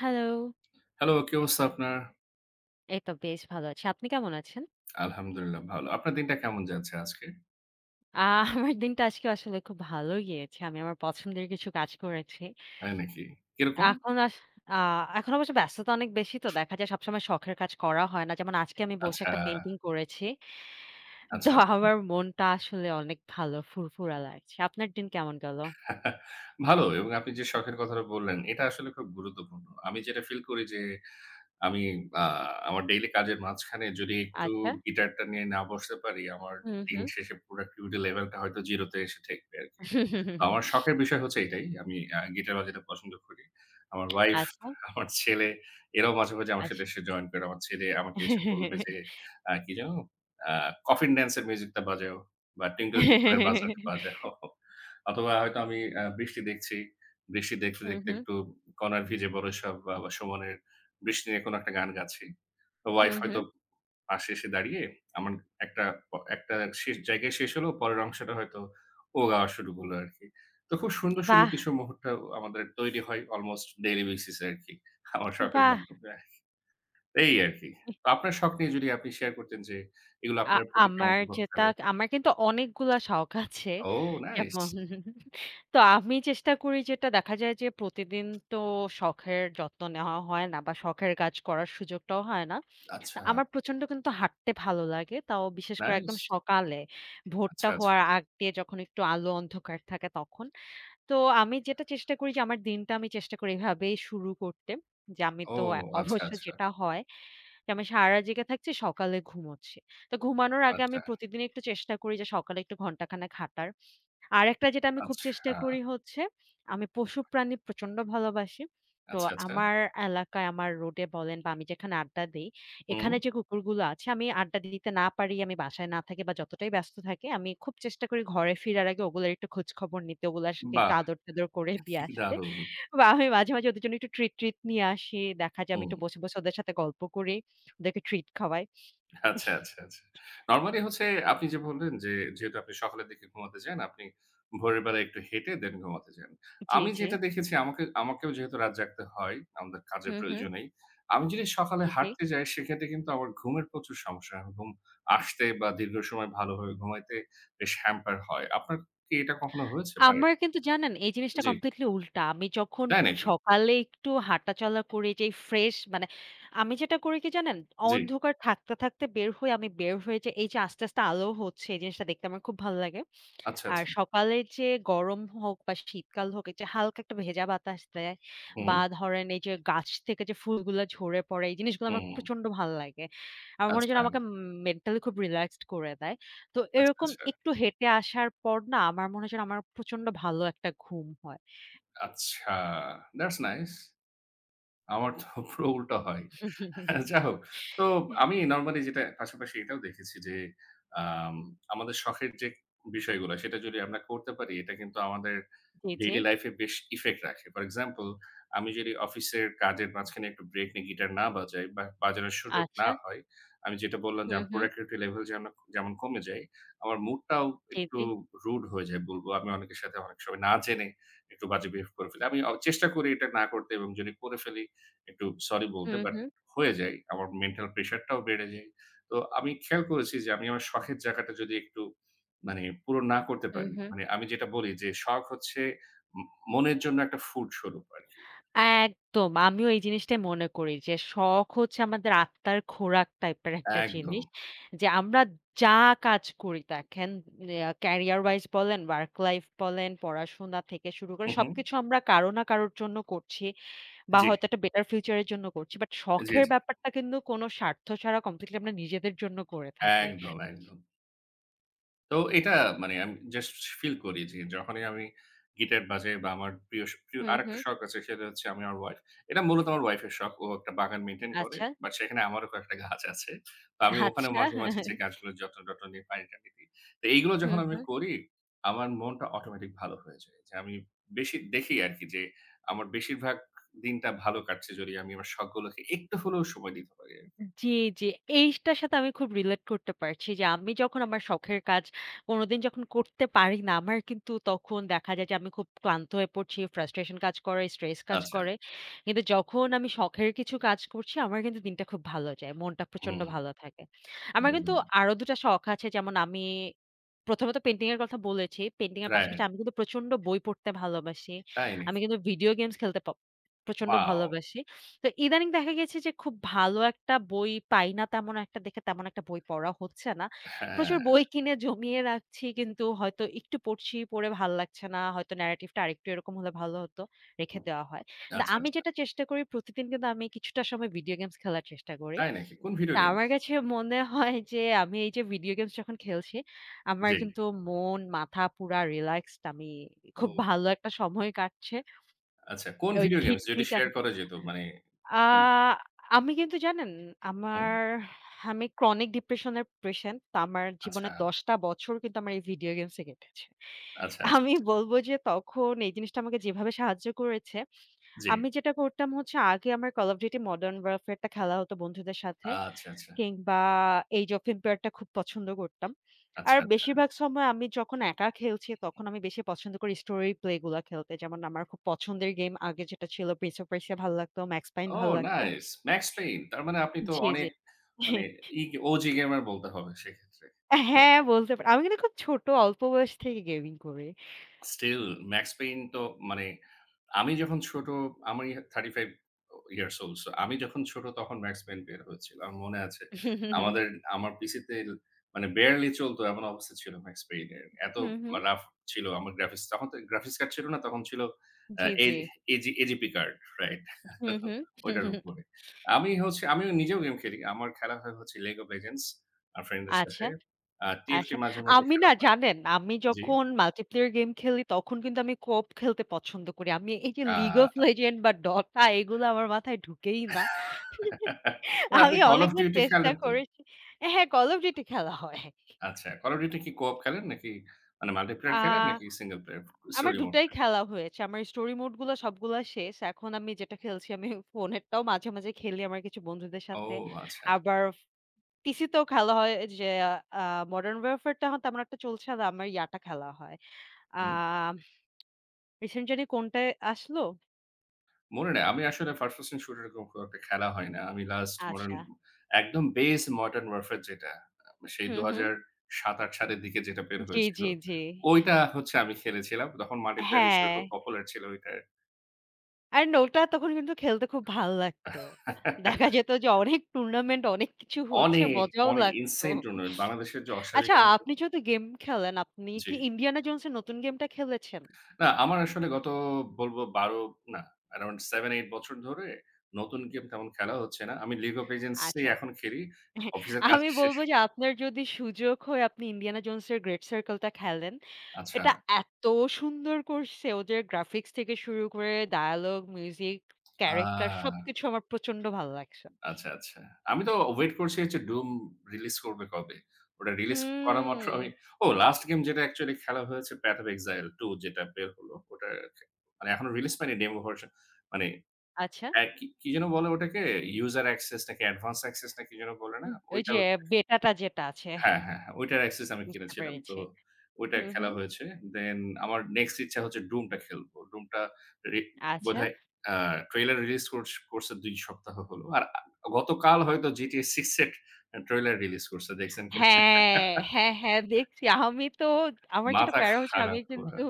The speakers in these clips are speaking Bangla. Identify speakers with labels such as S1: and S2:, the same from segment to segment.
S1: হ্যালো।
S2: হ্যালো, কি অবস্থা আপনার?
S1: এই তো বেশ ভালো আছি। আপনি কেমন আছেন?
S2: আলহামদুলিল্লাহ ভালো। আপনার দিনটা কেমন যাচ্ছে আজকে?
S1: আ আমার দিনটা আজকে আসলে খুব ভালো গিয়েছে। আমি আমার পছন্দের কিছু কাজ করেছি।
S2: তাই নাকি? কিরকম?
S1: এখন আস আ এখন অবশ্য ব্যস্ততা অনেক বেশি তো দেখা যায় সবসময় শখের কাজ করা হয় না। যেমন আজকে আমি বসে
S2: আচ্ছা,
S1: একটা পেইন্টিং করেছি।
S2: আচ্ছা,
S1: তো
S2: আচ্ছা।
S1: আমার মনটা আসলে অনেক ভালো ফুরফুরা লাগছে। আপনার দিন কেমন গেল?
S2: ভালো এবং আপনি যে শখের কথাটা বললেন, এটা আসলে খুব গুরুত্বপূর্ণ। আমি যেটা ফিল করি যে আমি আ আমার ডেইলি কাজের মাঝখানে যদি একটু
S1: আচ্ছা।
S2: গিটারটা নিয়ে না বসতে পারি, আমার
S1: হুম,
S2: দিন
S1: হুম।
S2: শেষে প্রোডাক্টিভিটি লেভেলটা হয়তো 0 তে এসে ঠেকবে আরকি। তো আমার শখের বিষয় হচ্ছে এটাই। আমি গিটার বাজাতে পছন্দ করি। আমার ওয়াইফ,
S1: আচ্ছা,
S2: আমার ছেলে এরাও মাঝে, মাঝে আমার সাথে
S1: আচ্ছা।
S2: এসে জয়েন করে। আমার ছেলে আমাকে এসে বলবে যে, কি যেন? আ কফিন ড্যান্স এর মিউজিকটা বাজাও বা টিঙ্কল টিঙ্কল এর বাজারটা বাজাও। অথবা হয়তো আমি বৃষ্টি দেখছি। বৃষ্টি দেখতে,
S1: হুম,
S2: দেখতে
S1: হুম।
S2: একটু কণার ভিজে বড় সব বা সুমনের বৃষ্টি নিয়ে কোনো একটা গান গাচ্ছি। তো ওয়াইফ
S1: হুম,
S2: হয়তো
S1: হুম।
S2: পাশে এসে দাঁড়িয়ে আমার একটা একটা শেষ জায়গায় শেষ হলো, পরের অংশটা হয়তো ও গাওয়া শুরু করলো আরকি। তো খুব সুন্দর, সুন্দর
S1: বাহ!
S2: কিছু মুহূর্ত আমাদের তৈরি হয় অলমোস্ট ডেইলি বেসিস এ আরকি। আমার শখের
S1: বাহ!
S2: মাধ্যমে। এই আরকি। তো আপনার শখ নিয়ে যদি আপনি শেয়ার করতেন যে এগুলো
S1: আ
S2: আপনার প্রতি কেমন
S1: আমার
S2: প্রভাব
S1: যেটা
S2: ফেলে?
S1: আমার কিন্তু অনেকগুলা শখ আছে।
S2: ও নাইস!
S1: যেমন তো আমি চেষ্টা করি যেটা দেখা যায় যে প্রতিদিন তো শখের যত্ন নেওয়া হয় না বা শখের কাজ করার সুযোগটাও হয় না। তা
S2: আচ্ছা,
S1: আমার প্রচন্ড কিন্তু হাঁটতে ভালো লাগে। তাও বিশেষ করে
S2: নাইস।
S1: একদম সকালে
S2: আচ্ছা,
S1: ভোরটা
S2: আচ্ছা।
S1: হওয়ার আগ দিয়ে যখন একটু আলো অন্ধকার থাকে তখন। তো আমি যেটা চেষ্টা করি যে আমার দিনটা আমি চেষ্টা করি এভাবেই শুরু করতে। যে আমি
S2: ও
S1: তো
S2: আচ্ছা,
S1: অবশ্য
S2: আচ্ছা,
S1: যেটা হয় যে আমি সারারাত জেগে থাকছি, সকালে ঘুমোচ্ছি। তো ঘুমানোর আগে আমি
S2: আচ্ছা,
S1: প্রতিদিন একটু চেষ্টা করি যে সকালে একটু ঘন্টাখানেক হাঁটার। আরেকটা যেটা আমি খুব
S2: আচ্ছা,
S1: চেষ্টা করি হচ্ছে, আমি পশুপ্রাণী প্রচন্ড ভালোবাসি। তো
S2: আচ্ছা, আচ্ছা।
S1: আমার এলাকায় আমার রোডে বলেন বা আমি যেখানে আড্ডা দেই,
S2: হুম,
S1: এখানে যে কুকুরগুলো আছে আমি আড্ডা দিতে না পারি, আমি বাসায় না থাকি বা যতটাই ব্যস্ত থাকি, আমি খুব চেষ্টা করি ঘরে ফিরার আগে ওগুলার একটু খোঁজখবর নিতে, ওগুলার সাথে একটু
S2: বাহ!
S1: আদর-টাদর করে দিয়ে
S2: কি
S1: আসতে।
S2: দারুণ!
S1: বা আমি মাঝে, মাঝে ওদের জন্য একটু ট্রিট ট্রিট নিয়ে আসি। দেখা যায় আমি
S2: হুম।
S1: একটু বসে, বসে ওদের সাথে গল্প করি। ওদেরকে ট্রিট খাওয়াই।
S2: আচ্ছা, আচ্ছা, আচ্ছা। নরমালি হচ্ছে আপনি যে বললেন যে, যেহেতু আপনি সকালের দিকে ঘুমাতে যান, আপনি ভোরের বেলা একটু হেঁটে দেন ঘুমাতে যান।
S1: জি,
S2: আমি
S1: জি।
S2: যেটা দেখেছি আমাকেও যেহেতু রাত জাগতে হয়, আমাদের কাজের
S1: হুম, হুম।
S2: প্রয়োজনেই। আমি যদি সকালে
S1: জি, জি।
S2: হাঁটতে যাই সেক্ষেত্রে কিন্তু আমার ঘুমের প্রচুর সমস্যা হয়। ঘুম আসতে বা দীর্ঘ সময় ভালোভাবে ঘুমাইতে বেশ হ্যাম্পার হয়। আপনার কি এটা কখনো হয়েছে ভাই?
S1: আমার কিন্তু জানেন এই জিনিসটা
S2: জি।
S1: কমপ্লিটলি উল্টা। আমি যখন
S2: তাই নাকি?
S1: সকালে একটু হাঁটাচলা করি যেই ফ্রেশ মানে আমি যেটা করি কি জানেন?
S2: জি।
S1: অন্ধকার থাকতে, থাকতে বের হই। আমি বের হয়ে যে এই যে আস্তে, আস্তে আলো হচ্ছে এই জিনিসটা দেখতে আমার খুব ভালো লাগে।
S2: আচ্ছা,
S1: আর
S2: আচ্ছা।
S1: সকালে যে গরম হোক বা শীতকাল হোক এই যে হালকা একটা ভেজা বাতাস দেয় বা
S2: হুম,
S1: ধরেন এই যে গাছ থেকে যে ফুলগুলা ঝরে পড়ে এই জিনিসগুলো আমার
S2: হুম।
S1: প্রচন্ড ভালো লাগে। আমার মনে হয়
S2: আচ্ছা,
S1: যেন আমাকে মেন্টালি খুব রিল্যাক্সড করে দেয়। তো
S2: আচ্ছা,
S1: এরকম
S2: আচ্ছা।
S1: একটু হেঁটে আসার পর না আমার মনে হয় যেন আমার প্রচন্ড ভালো একটা ঘুম হয়।
S2: আচ্ছা, that's nice. আমার তো পুরো উল্টো হয়। যা হোক। তো আমি নরমালি যেটা পাশাপাশি এটাও দেখেছি যে, আম আমাদের শখের যে বিষয়গুলো সেটা যদি আমরা করতে পারি এটা কিন্তু আমাদের
S1: জি, জি।
S2: ডেইলি লাইফ এ বেশ ইফেক্ট রাখে। ফর এক্সাম্পল আমি যদি অফিসের কাজের মাঝখানে একটু ব্রেক নিয়ে গিটার না বাজাই বা বাজানোর সুযোগ না
S1: আচ্ছা।
S2: হয়, আমি যেটা বললাম যে
S1: হুম,
S2: আমার
S1: হুম।
S2: প্রোডাক্টিভিটি লেভেল যেন যেমন কমে যায়, আমার মুডটাও
S1: জি,
S2: একটু
S1: জি।
S2: রুড হয়ে যায় বলব। আমি অনেকের সাথে অনেক সময় না জেনে একটু বাজে বিহেভ করে ফেলি। আমি চেষ্টা করি এটা না করতে এবং যদি করে ফেলি একটু সরি বলতে।
S1: হুম,
S2: বাট
S1: হুম।
S2: হয়ে যাই। আমার মেন্টাল প্রেশারটাও বেড়ে যায়। তো আমি খেয়াল করেছি যে আমি আমার শখের জায়গাটা যদি একটু মানে পূরণ না করতে
S1: হুম,
S2: পারি,
S1: হুম।
S2: মানে আমি যেটা বলি যে শখ হচ্ছে ম মনের জন্য একটা ফুড স্বরূপ আরকি।
S1: একদম। আমিও এই জিনিসটাই মনে করি যে, শখ হচ্ছে আমাদের আত্মার খোরাক টাইপের একটা
S2: একদম।
S1: জিনিস। যে আমরা যা কাজ করি দেখেন ক্যারিয়ার ওয়াইজ বলেন, ওয়ার্ক লাইফ বলেন, পড়াশোনা থেকে শুরু
S2: হু,
S1: করে
S2: হু।
S1: সবকিছু আমরা কারো না কারোর জন্য করছি বা
S2: জি,
S1: হয়তো একটা বেটার ফিউচার এর জন্য করছি। বাট
S2: জি,
S1: শখের
S2: জি।
S1: ব্যাপারটা কিন্তু কোনো স্বার্থ ছাড়া কমপ্লিটলি আমরা নিজেদের জন্য করে থাকি।
S2: একদম, একদম। তো এটা মানে আমি জাস্ট ফিল করি যে যখনই আমি গিটার বাজাই বা আমার প্রিয়
S1: হুম,
S2: আরেকটা
S1: হুম।
S2: শখ আছে সেটা হচ্ছে আমি আমার ওয়াইফ এটা মূলত আমার ওয়াইফ এর শখ। ও একটা বাগান মেইনটেইন করে।
S1: আচ্ছা,
S2: বাট সেখানে আমারও কয়েকটা গাছ আছে। তো আমি ওখানে
S1: আচ্ছা।
S2: মাঝে, মাঝে যে গাছগুলোর যত্ন-টত্ন নিই, পানি-টানি দিই। তো এইগুলো যখন
S1: হুম,
S2: আমি
S1: হুম।
S2: করি আমার মনটা অটোমেটিক ভালো হয়ে যায়। যে আমি বেশি দেখি আরকি যে আমার বেশিরভাগ দিনটা ভালো কাটছে যদি আমি আমার শখগুলোকে একটু হলেও সময় দিতে পারি আরকি।
S1: জি, জি। এইটার সাথে আমি খুব রিলেট করতে পারছি যে আমি যখন আমার শখের কাজ কোনোদিন যখন করতে পারি না, আমার কিন্তু তখন দেখা যায় যে আমি খুব ক্লান্ত হয়ে পড়ছি, ফ্রাস্ট্রেশন কাজ করে, স্ট্রেস কাজ
S2: আচ্ছা।
S1: করে। কিন্তু যখন আমি শখের কিছু কাজ করছি, আমার কিন্তু দিনটা খুব ভালো যায়। মনটা প্রচন্ড
S2: হুম,
S1: ভালো থাকে। আমার কিন্তু
S2: একদম।
S1: আরো ২ টা শখ আছে যেমন আমি প্রথমত পেইন্টিং এর কথা বলেছি। পেইন্টিং এর পাশাপাশি
S2: রাইট।
S1: আমি কিন্তু প্রচন্ড বই পড়তে ভালোবাসি।
S2: তাই
S1: আমি
S2: নাকি?
S1: কিন্তু ভিডিও গেমস খেলতে প্রচন্ড
S2: ওয়াও!
S1: ভালোবাসি। তো ইদানিং দেখা গেছে যে খুব ভালো একটা বই পাই না তেমন একটা দেখে তেমন একটা বই পড়া হচ্ছে না। প্রচুর
S2: হ্যাঁ,
S1: বই কিনে জমিয়ে রাখছি কিন্তু হয়তো একটু পড়ছি, পড়ে ভাল লাগছে না। হয়তো ন্যারেটিভটা আরেকটু এরকম হলে ভালো হতো। রেখে দেওয়া হয়। না
S2: আচ্ছা,
S1: আমি
S2: আচ্ছা।
S1: যেটা চেষ্টা করি প্রতিদিন কিন্তু আমি কিছুটা সময় ভিডিও গেমস খেলার চেষ্টা করি।
S2: তাই নাকি? কোন ভিডিও
S1: তা
S2: গেমস?
S1: আমার কাছে মনে হয় যে আমি এই যে ভিডিও গেমস যখন খেলছি, আমার
S2: জি।
S1: কিন্তু মন, মাথা পুরা রিল্যাক্সড। আমি খুব
S2: ও
S1: ভালো একটা সময় কাটছে।
S2: আচ্ছা, কোন
S1: ওই
S2: ভিডিও গেমস যদি
S1: খিটমিট
S2: শেয়ার
S1: এখন
S2: করা যেত মানে হুম,
S1: আ আমি কিন্তু জানেন
S2: হুম।
S1: আমার আমি ক্রনিক ডিপ্রেশন এর পেশেন্ট। তো আমার
S2: আচ্ছা,
S1: জীবনের ১০ টা বছর কিন্তু আমার এই ভিডিও গেমস এ কেটেছে।
S2: আচ্ছা, আচ্ছা, আচ্ছা।
S1: আমি বলব যে তখন এই জিনিসটা আমাকে যেভাবে সাহায্য করেছে,
S2: জি।
S1: আমি যেটা করতাম হচ্ছে আগে আমার Call of Duty Modern Warfare টা খেলা হতো বন্ধুদের সাথে।
S2: আচ্ছা, আচ্ছা,
S1: কিংবা Age of Empire টা খুব পছন্দ করতাম। আর
S2: আচ্ছা, আচ্ছা।
S1: বেশিরভাগ সময় আমি যখন একা খেলছি, তখন আমি বেশি পছন্দ করি story play গুলা খেলতে। যেমন আমার খুব পছন্দের গেম আগে যেটা ছিল Prince of Persia ভাল লাগতো, Max Payne
S2: ও
S1: ভাল লাগতো।
S2: নাইস! Max Payne. তার মানে আপনি তো
S1: জি, জি।
S2: অনেক মানে ই ওজি গেমার বলতে হবে সেক্ষেত্রে।
S1: হ্যাঁ, বলতে পারেন। আমি কিন্তু খুব ছোট অল্প বয়স থেকে গেমিং করি।
S2: স্টিল Max Payne তো মানে আমি যখন ছোট আমি 35 ইয়ার্স ওল্ড সো আমি যখন ছোট তখন Max Payne বের হয়েছিল। আমার মনে আছে। আমাদের আমার পিসিতে মানে বারেলি চলতো এমন অবস্থা ছিল Max Payne এর। এত
S1: হুম, হুম।
S2: রাফ ছিল আমার গ্রাফিক্স। তখন তো গ্রাফিক্স কার্ড ছিল না তখন ছিল আ
S1: G,
S2: A
S1: G.
S2: AGP card, right?
S1: হুম, হুম।
S2: ওইটার উপরে। আমিও নিজেও গেম খেলি। আমার খেলা হয় হচ্ছে League of Legends আমার ফ্রেন্ডদের সাথে।
S1: আচ্ছা।
S2: আর TFT
S1: আচ্ছা,
S2: মাঝে, মাঝে
S1: আমি
S2: খেলা
S1: না
S2: হয়।
S1: জানেন, আমি
S2: জি।
S1: যখন multiplayer গেম খেলি তখন কিন্তু আমি co-op খেলতে পছন্দ করি। আমি এই যে
S2: আ
S1: League of Legends বা Dota এগুলো আমার মাথায় ঢুকেই না।
S2: মানে আপনি
S1: আমি
S2: কল অফ
S1: অনেকবার
S2: ডিউটি
S1: চেষ্টা
S2: খেলেন তো?
S1: করেছি। হ্যাঁ, Call of Duty খেলা হয়।
S2: আচ্ছা, কল অফ ডিউটি কি কো-অপ খেলেন নাকি মানে মাল্টিপ্লেয়ার
S1: আ
S2: খেলেন নাকি সিঙ্গল প্লেয়ার
S1: আমার
S2: স্টোরি
S1: ২
S2: মোড?
S1: টাই খেলা হয়েছে। আমার story mode গুলো সবগুলা শেষ। এখন আমি যেটা খেলছি ফোনেরটাও মাঝে, মাঝে খেলি আমার কিছু বন্ধুদের
S2: ও
S1: সাথে।
S2: আচ্ছা।
S1: আবার PC তেও খেলা হয় যে আ Modern Warfare টা তেমন একটা চলছে না। আমার ইয়াটা খেলা হয়। আ
S2: হুম।
S1: Recent জানি কোনটায় আসলো?
S2: মনে নেই। আমি আসলে ফার্স্ট পারসন শুটার এরকম খুব একটা খেলা হয় না। আমি লাস্ট মডার্ন
S1: আচ্ছা।
S2: একদম বেস মডার্ন ওয়ারফেয়ার যেটা সেই
S1: হুম, হুম।
S2: ২০০৭-৮ সালের দিকে যেটা বের
S1: জি,
S2: হয়েছিল।
S1: জি, জি।
S2: ওইটা হচ্ছে আমি খেলেছিলাম। তখন মাল্টিপ্লেয়ার হিসেবে
S1: হ্যাঁ।
S2: খুব পপুলার ছিল ওইটার।
S1: আর নোটা তখন কিন্তু খেলতে খুব ভাল লাগতো। দেখা যেত যে অনেক টুর্নামেন্ট, অনেক কিছু হচ্ছে,
S2: অনেক,
S1: মজাও
S2: অনেক
S1: লাগতো।
S2: ইনসেন টুর্নামেন্ট বাংলাদেশের যে অস্বাভাবিক
S1: আচ্ছা
S2: আমাকে
S1: আপনি যেহেতু গেম খেলেন, আপনি
S2: জি।
S1: কি 'ইন্ডিয়ানা জোনস' এর নতুন গেমটা খেলেছেন?
S2: না, আমার আসলে গত বলব ১২ না, around 7-8 বছর ধরে নতুন গেম তেমন খেলা হচ্ছে না। আমি League of Legends ই
S1: আচ্ছা।
S2: এখন খেলি। অফিসের কাজ
S1: আমি বলব
S2: শেষে
S1: যে আপনার যদি সুযোগ হয় আপনি 'ইন্ডিয়ানা জোনস' এর 'গ্রেট সার্কেল' টা খেলেন।
S2: আচ্ছা।
S1: এটা এত সুন্দর করছে ওদের গ্রাফিক্স থেকে শুরু করে ডায়ালগ, মিউজিক, ক্যারেক্টার
S2: আ
S1: সবকিছু আমার প্রচন্ড ভালো লাগছে।
S2: আচ্ছা, আচ্ছা। আমি তো ওয়েট করছি হচ্ছে Doom রিলিজ করবে কবে। ওটা রিলিজ করা
S1: হুম।
S2: মাত্র আমি ও লাস্ট গেম যেটা অ্যাকচুয়ালি খেলা হয়েছে Path of Exile 2 যেটা বের হলো। ওটা খে মানে এখনো রিলিজ পায়নি ডেমো ভার্সন। মানে
S1: আচ্ছা,
S2: কি, কি যেন বলে ওটাকে? ইউজার অ্যাক্সেস নাকি অ্যাডভান্স অ্যাক্সেস না কি যেন বলে না?
S1: হুম, ওই যে
S2: ওইটাও
S1: বেটাটা যেটা আছে
S2: হ্যাঁ, হ্যাঁ, হ্যাঁ। ওইটার অ্যাক্সেস আমি
S1: বুঝতে
S2: কিনেছিলাম। তো
S1: পেরেছি।
S2: ওইটা
S1: হুম,
S2: খেলা
S1: হুম।
S2: হয়েছে। দেন আমার নেক্সট ইচ্ছা হচ্ছে Doom টা খেলবো। Doom টা রি
S1: আচ্ছা।
S2: বোধহয় আ ট্রেইলার রিলিজ করছ করছে ২ সপ্তাহ হলো। আর গতকাল হয়তো GTA 6 এর ট্রেইলার রিলিজ করছে। দেখছেন কিনা?
S1: হ্যাঁ, হ্যাঁ, হ্যাঁ দেখছি। আমি তো আমার যেটা
S2: মাথা
S1: প্যারা হচ্ছে আমি
S2: খারাপ পুরা।
S1: কিন্তু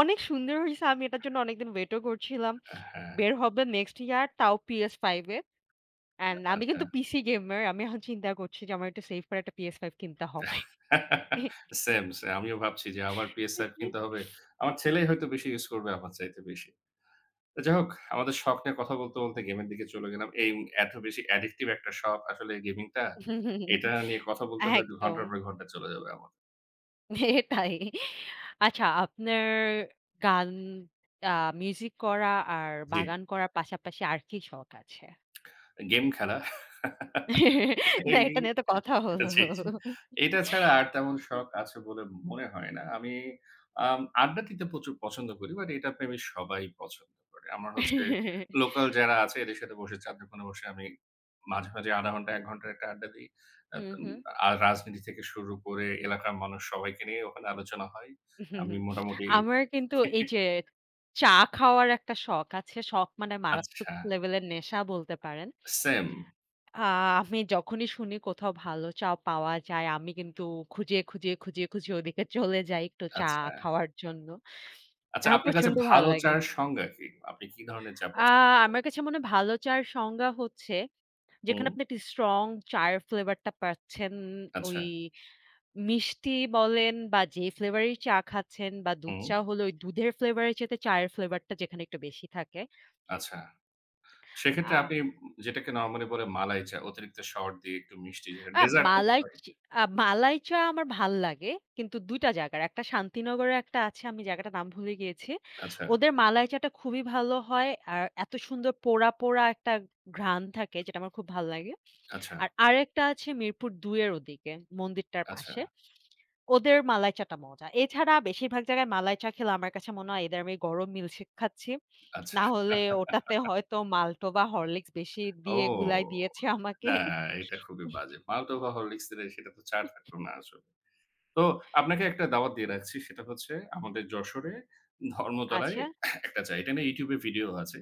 S1: অনেক সুন্দর হইছে। আমি এটার জন্য অনেকদিন ওয়েটও করছিলাম।
S2: হ্যাঁ,
S1: বের হবে নেক্সট ইয়ার তাও PS5 এ। অ্যান্ড আমি
S2: আচ্ছা।
S1: কিন্তু পিসি গেমার। আমি এখন চিন্তা করছি যে আমার একটু সেভ করে একটা PS5 কিনতে হবে।
S2: Same, same. আমিও ভাবছি যে আবার PS5 কিনতে হবে। আমার ছেলেই হয়তো বেশি ইউজ করবে আমার চাইতে বেশি। যাই হোক আমাদের শখ নিয়ে কথা বলতে গেমের দিকে চলে গেলাম। এই এত বেশি অ্যাডিক্টিভ একটা শখ আসলে গেমিংটা। এটা নিয়ে কথা বলতে হয়তো
S1: একদম
S2: ঘন্টার পর ঘন্টা চলে যাবে আমার।
S1: এটাই। আচ্ছা আপনার গান আ মিউজিক করা আর
S2: জি।
S1: বাগান করার পাশাপাশি আর কি শখ আছে?
S2: গেম খেলা।
S1: না
S2: এই
S1: এটা নিয়ে তো কথা হলো।
S2: জি, জি। এটা ছাড়া আর তেমন শখ আছে বলে মনে হয় না। আমি আড্ডা দিতে প্রচুর পছন্দ করি। বাট এটা প্রেমী সবাই পছন্দ করে। আমার হচ্ছে লোকাল যারা আছে এদের সাথে বসে চা'র দোকানে বসে আমি মাঝে, মাঝে ০.৫ ঘন্টা ১ ঘন্টার একটা আড্ডা দিই। আ
S1: হুম,
S2: তন
S1: হুম।
S2: আর রাজনীতি থেকে শুরু করে এলাকার মানুষ সবাইকে নিয়ে ওখানে আলোচনা হয়।
S1: হুম।
S2: আমি মোটামুটি
S1: আমার কিন্তু এই যে চা খাওয়ার একটা শখ আছে। শখ মানে মারাত্মক
S2: আচ্ছা,
S1: লেভেলের নেশা বলতে পারেন।
S2: সেম
S1: আ আমি যখনই শুনি কোথাও ভালো চা পাওয়া যায়, আমি কিন্তু খুঁজে, খুঁজে, খুঁজে, খুঁজে ওদিকে চলে যাই একটু চা
S2: আচ্ছা।
S1: খাওয়ার জন্য।
S2: আচ্ছা,
S1: আমার
S2: আপনার কাছে
S1: প্রচন্ড ভাল
S2: ভালো
S1: লাগে।
S2: চা'র সংজ্ঞা কি? আপনি কি ধরনের চা
S1: আ
S2: পছন্দ
S1: আমার
S2: করেন?
S1: কাছে মনে হয় ভালো চা'র সংজ্ঞা হচ্ছে, যেখানে
S2: হুম,
S1: আপনি একটি স্ট্রং চায়ের ফ্লেভারটা পাচ্ছেন, ওই
S2: আচ্ছা,
S1: মিষ্টি বলেন বা যে ফ্লেভারেরই চা খাচ্ছেন বা দুধ
S2: হুম,
S1: চা হলে ওই দুধের ফ্লেভারের চাইতে চায়ের ফ্লেভারটা যেখানে একটু বেশি থাকে।
S2: আচ্ছা।
S1: আ
S2: সেক্ষেত্রে আপনি যেটাকে নরমালি বলে মালাই চা, অতিরিক্ত শর্ট দিয়ে একটু মিষ্টি যেটা
S1: আ
S2: ডেজার্ট মতো
S1: মালাই
S2: হয়।
S1: চি আ মালাই চা আমার ভাল লাগে। কিন্তু ২ টা জায়গার। একটা শান্তিনগরে একটা আছে, আমি জায়গাটার নাম ভুলে গিয়েছি।
S2: আচ্ছা,
S1: ওদের মালাই চাটা খুবই ভালো হয়। আর এত সুন্দর পোড়া, পোড়া একটা ঘ্রাণ থাকে যেটা আমার খুব ভাল লাগে।
S2: আচ্ছা,
S1: আর আরেকটা আছে মিরপুর ২ এর ওদিকে, মন্দিরটার
S2: আচ্ছা,
S1: পাশে। ওদের মালাই চাটা মজা। এছাড়া বেশিরভাগ জায়গায় মালাই চা খেলে আমার কাছে মনে হয় এদার আমি গরম মিল্কশেক খাচ্ছি।
S2: আচ্ছা।
S1: না হলে ওটাতে হয়তো মাল্টো বা হরলিক্স বেশি দিয়ে গুলাই
S2: ও!
S1: দিয়েছে আমাকে।
S2: না, এটা খুবই বাজে। মাল্টো বা হরলিক্স দিলে সেটা তো চা থাকলো না আসলে। তো আপনাকে একটা দাওয়াত দিয়ে রাখছি। সেটা হচ্ছে আমাদের যশোরে ধর্মতলায়
S1: আচ্ছা,
S2: একটা চা। এটা নিয়ে YouTube এ ভিডিও আছে।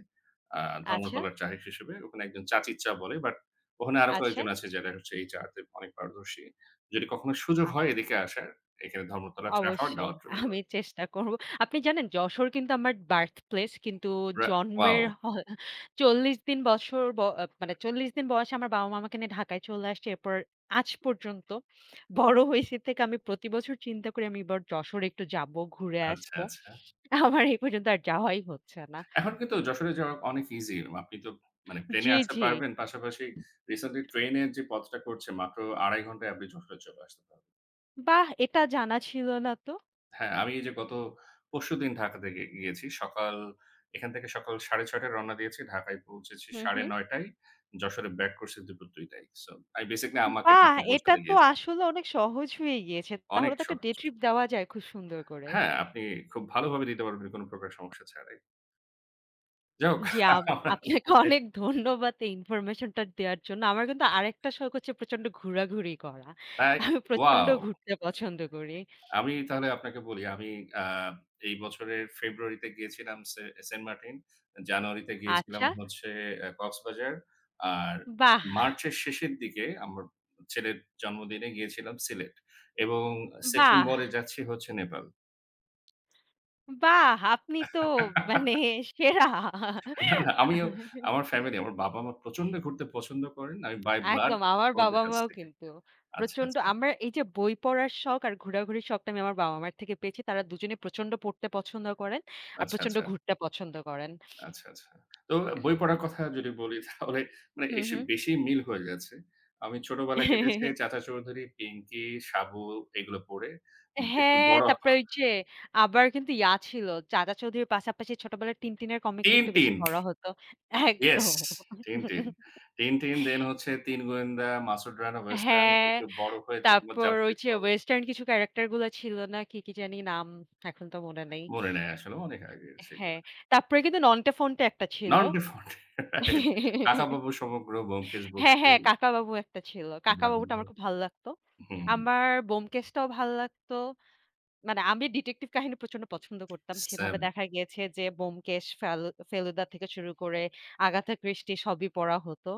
S2: আ
S1: আচ্ছা,
S2: ধর্মতলার চা হিসেবে। ওখানে একজন চাচির চা বলে। বাট ওখানে আরো
S1: আচ্ছা।
S2: কয়েকজন আছে যারা হচ্ছে এই চাতে অনেক পারদর্শী। যদি কখনো সুযোগ
S1: আচ্ছা,
S2: হয় এদিকে আসার, এখানে ধর্মতলার চা খাওয়ার
S1: অবশ্যই
S2: দাওয়াত রইল।
S1: আমি চেষ্টা করব। আপনি জানেন যশোর কিন্তু আমার বার্থ প্লেস কিন্তু
S2: রা ওয়াও!
S1: জন্মের হ ৪০ দিন বছর ব মানে ৪০ দিন বয়সে আমার বাবা-মা আমাকে নিয়ে ঢাকায় চলে আসছে। এরপর আজ পর্যন্ত বড় হইছি থেকে আমি প্রতি বছর চিন্তা করি আমি এবার যশোরে একটু যাব, ঘুরে
S2: আচ্ছা,
S1: আসবো।
S2: আচ্ছা।
S1: আমার এই পর্যন্ত আর যাওয়াই হচ্ছে না।
S2: এখন কিন্তু যশোরে যাওয়া অনেক ইজি। আপনি তো মানে প্লেনে
S1: জি,
S2: আসতে
S1: জি।
S2: পারবেন। পাশাপাশি রিসেন্টলি ট্রেনের যে পথটা করছে মাত্র ২.৫ ঘন্টায় আপনি যশোরে চলে আসতে পারবেন।
S1: বাহ! এটা জানা ছিল না তো।
S2: হ্যাঁ, আমি এই যে গত পরশুদিন ঢাকাতে গিয়েছি। এখান থেকে সকাল ৬:৩০ টায় রওনা দিয়েছি। ঢাকায় পৌঁছেছি
S1: হুম, হুম।
S2: ৯:৩০ টায়। যশোরে ব্যাক করছি দুপুর ২ টায়। সো আমি বেসিক্যালি আমাকে ঢাকায়
S1: বাহ!
S2: আচ্ছা।
S1: এটা
S2: পৌঁছাতে
S1: তো
S2: গিয়েছিলাম।
S1: আসলে অনেক সহজ হয়ে গিয়েছে।
S2: অনেক
S1: তাহলে তো একটা ডে
S2: সহজ।
S1: ট্রিপ দেওয়া যায় খুব সুন্দর করে।
S2: হ্যাঁ, আপনি খুব ভালোভাবে দিতে পারবেন কোন প্রকার সমস্যা ছাড়াই। যাই হোক
S1: জি, আপ
S2: আমরা
S1: আপনাকে
S2: দুপুরে
S1: অনেক ধন্যবাদ এই ইনফরমেশনটা দেওয়ার জন্য। আমার কিন্তু আরেকটা শখ হচ্ছে প্রচন্ড ঘোরাঘুরি করা।
S2: তাই
S1: আমি প্রচন্ড
S2: ওয়াও!
S1: ঘুরতে পছন্দ করি।
S2: আমি তাহলে আপনাকে বলি, আমি আ এই বছরের ফেব্রুয়ারিতে গিয়েছিলাম সেন্ট মার্টিন, জানুয়ারিতে গিয়েছিলাম
S1: আচ্ছা,
S2: হচ্ছে কক্সবাজার। আর
S1: বাহ!
S2: মার্চের শেষের দিকে আমার ছেলের জন্মদিনে গিয়েছিলাম সিলেট এবং
S1: বাহ!
S2: সেপ্টেম্বরে যাচ্ছি হচ্ছে নেপাল।
S1: বাহ! আপনি তো মানে সেরা।
S2: না, না আমিও আমার ফ্যামিলি আমার বাবা-মা প্রচন্ড ঘুরতে পছন্দ করেন। আমি বাই ব্লাড
S1: একদম আমার
S2: ওনাদের কাছ
S1: বাবা-মাও
S2: থেকে।
S1: কিন্তু
S2: আচ্ছা,
S1: প্রচন্ড
S2: আচ্ছা।
S1: আমার এই যে বই পড়ার শখ আর ঘোরাঘুরির শখটা আমি আমার বাবা-মার থেকে পেয়েছি। তারা দুজনেই প্রচন্ড পড়তে পছন্দ করেন আর
S2: আচ্ছা,
S1: প্রচন্ড
S2: আচ্ছা।
S1: ঘুরতে পছন্দ করেন।
S2: আচ্ছা, আচ্ছা। তো বই পড়ার কথা যদি বলি তাহলে মানে
S1: হুম,
S2: এসে বেশি মিল হয়ে যাচ্ছে। আমি ছোটবেলায় কেটেছে
S1: হুম।
S2: চাচা চৌধুরী, পিঙ্কি, সাবু এগুলো পড়ে। একটু
S1: হ্যাঁ,
S2: বড়
S1: তারপরে ওই যে আবার কিন্তু ইয়া ছিল। চাচা চৌধুরীর পাশাপাশি ছোটবেলায় 'টিনটিন' এর কমিকটা
S2: টিন,
S1: একটু বেশি
S2: টিন।
S1: পড়া হতো।
S2: ইয়েস!
S1: একদম।
S2: টিন, টিন। টিন, টিন দেন হচ্ছে ৩ গোয়েন্দা, মাসুদ রানা ওয়েস্টার্ন,
S1: হ্যাঁ,
S2: একটু বড় হয়ে মোহাম্মদ
S1: তারপর
S2: জাফর
S1: ওই যে
S2: ইকবাল।
S1: ওয়েস্টার্ন কিছু ক্যারাক্টার গুলা ছিল না? কি, কি জানি নাম? এখন তো মনে নেই।
S2: মনে নাই আসলে অনেক আগের সেগুলো।
S1: হ্যাঁ, তারপরে কিন্তু 'নন্টে ফন্টে' একটা ছিল।
S2: নন্টে ফন্টে রাইট। কাকাবাবু সমগ্র, ব্যোমকেশ
S1: হ্যাঁ,
S2: বক্সী,
S1: হ্যাঁ, 'কাকাবাবু' একটা ছিল।
S2: দারুণ,
S1: 'কাকাবাবু'টা আমার
S2: দারুণ।
S1: খুব ভাল লাগতো।
S2: হুম।
S1: আমার 'ব্যোমকেশটাও' ভাল লাগতো। মানে আমি ডিটেকটিভ কাহিনী প্রচন্ড পছন্দ করতাম। সেভাবে
S2: সেম।
S1: দেখা গিয়েছে যে ব্যোমকেশ, ফেলুদা থেকে শুরু করে আগাথা ক্রিস্টি সবই পড়া হতো।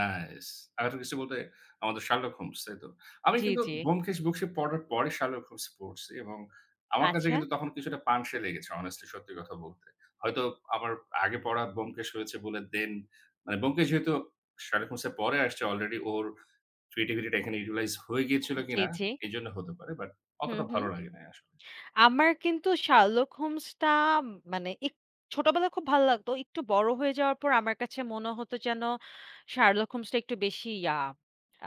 S2: নাইস। আরেকটা কিছু বলতে আমাদের 'Sherlock Holmes' তাই তো? আমি
S1: জি,
S2: কিন্তু
S1: জি।
S2: 'ব্যোমকেশ বক্সী' পড়ার পরে 'Sherlock Holmes' পড়ছি এবং আমার কাছে
S1: আচ্ছা।
S2: কিন্তু তখন কিছুটা পাংশে লেগেছে honestly সত্যি কথা বলতে। হয়তো আমার আগে পড়া 'ব্যোমকেশ' হয়েছে বলে দেন মানে 'ব্যোমকেশ' যেহেতু 'Sherlock Holmes' এর পরে আসছে অলরেডি ওর ক্রিয়েটিভিটি টা এখানে ইউটিলাইজ হয়ে গিয়েছিল
S1: জি,
S2: কিনা
S1: জি।
S2: এজন্য হতে পারে। বাট
S1: হুম,
S2: অতটা
S1: হুম।
S2: ভালো লাগে নাই আসলে।
S1: আমার কিন্তু 'শার্লক হোমসটা' মানে ছোটবেলায় খুব ভালো লাগতো। একটু বড় হয়ে যাওয়ার পর আমার কাছে মনে হতো যেন 'শার্লক হোমসটা' একটু বেশি ইয়া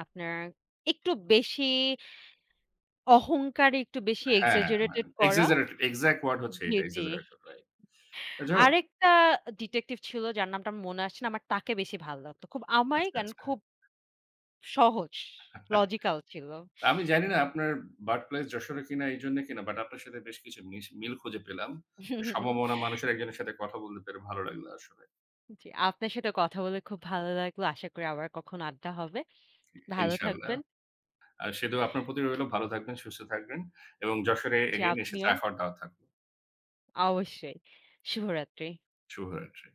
S1: আপনার একটু বেশি অহংকারী, একটু বেশি
S2: হ্যাঁ, মানে
S1: এক্সাজারেটেড করা।
S2: এক্সাজারেটেড এক্সাক্ট ওয়ার্ড হচ্ছে
S1: জি,
S2: এটা
S1: জি।
S2: Exaggerated right. যাই হোক
S1: আরেকটা ডিটেকটিভ ছিল যার নামটা আমার মনে আসছে না। আমার তাকে বেশি ভালো লাগতো। খুব অমায়িক
S2: আচ্ছা,
S1: অ্যান্ড
S2: আচ্ছা।
S1: খুব সহজ, লজিক্যাল ছিল।
S2: আমি জানি না আপনার বার্থ প্লেস যশোরে কিনা এইজন্যে কিনা, বাট আপনার সাথে বেশ কিছু মিশ মিল খুঁজে পেলাম। সম্ভাবনা মানুষের একজনের সাথে কথা বলতে পেরে ভালো লাগলো আসলে।
S1: জি, আপনার সাথে কথা বলে খুব ভালো লাগলো। আশা করি আবার কখনো আড্ডা হবে। ভালো
S2: ইনশাআল্লাহ।
S1: থাকবেন।
S2: আর সেটাও আপনার প্রতি রইলো ভালো থাকবেন, সুস্থ থাকবেন এবং যশোরে
S1: জি,
S2: এগেইন এসে
S1: আপনিও।
S2: চা খাওয়ার দাওয়াত থাকলো।
S1: অবশ্যই। শুভরাত্রি।
S2: শুভরাত্রি।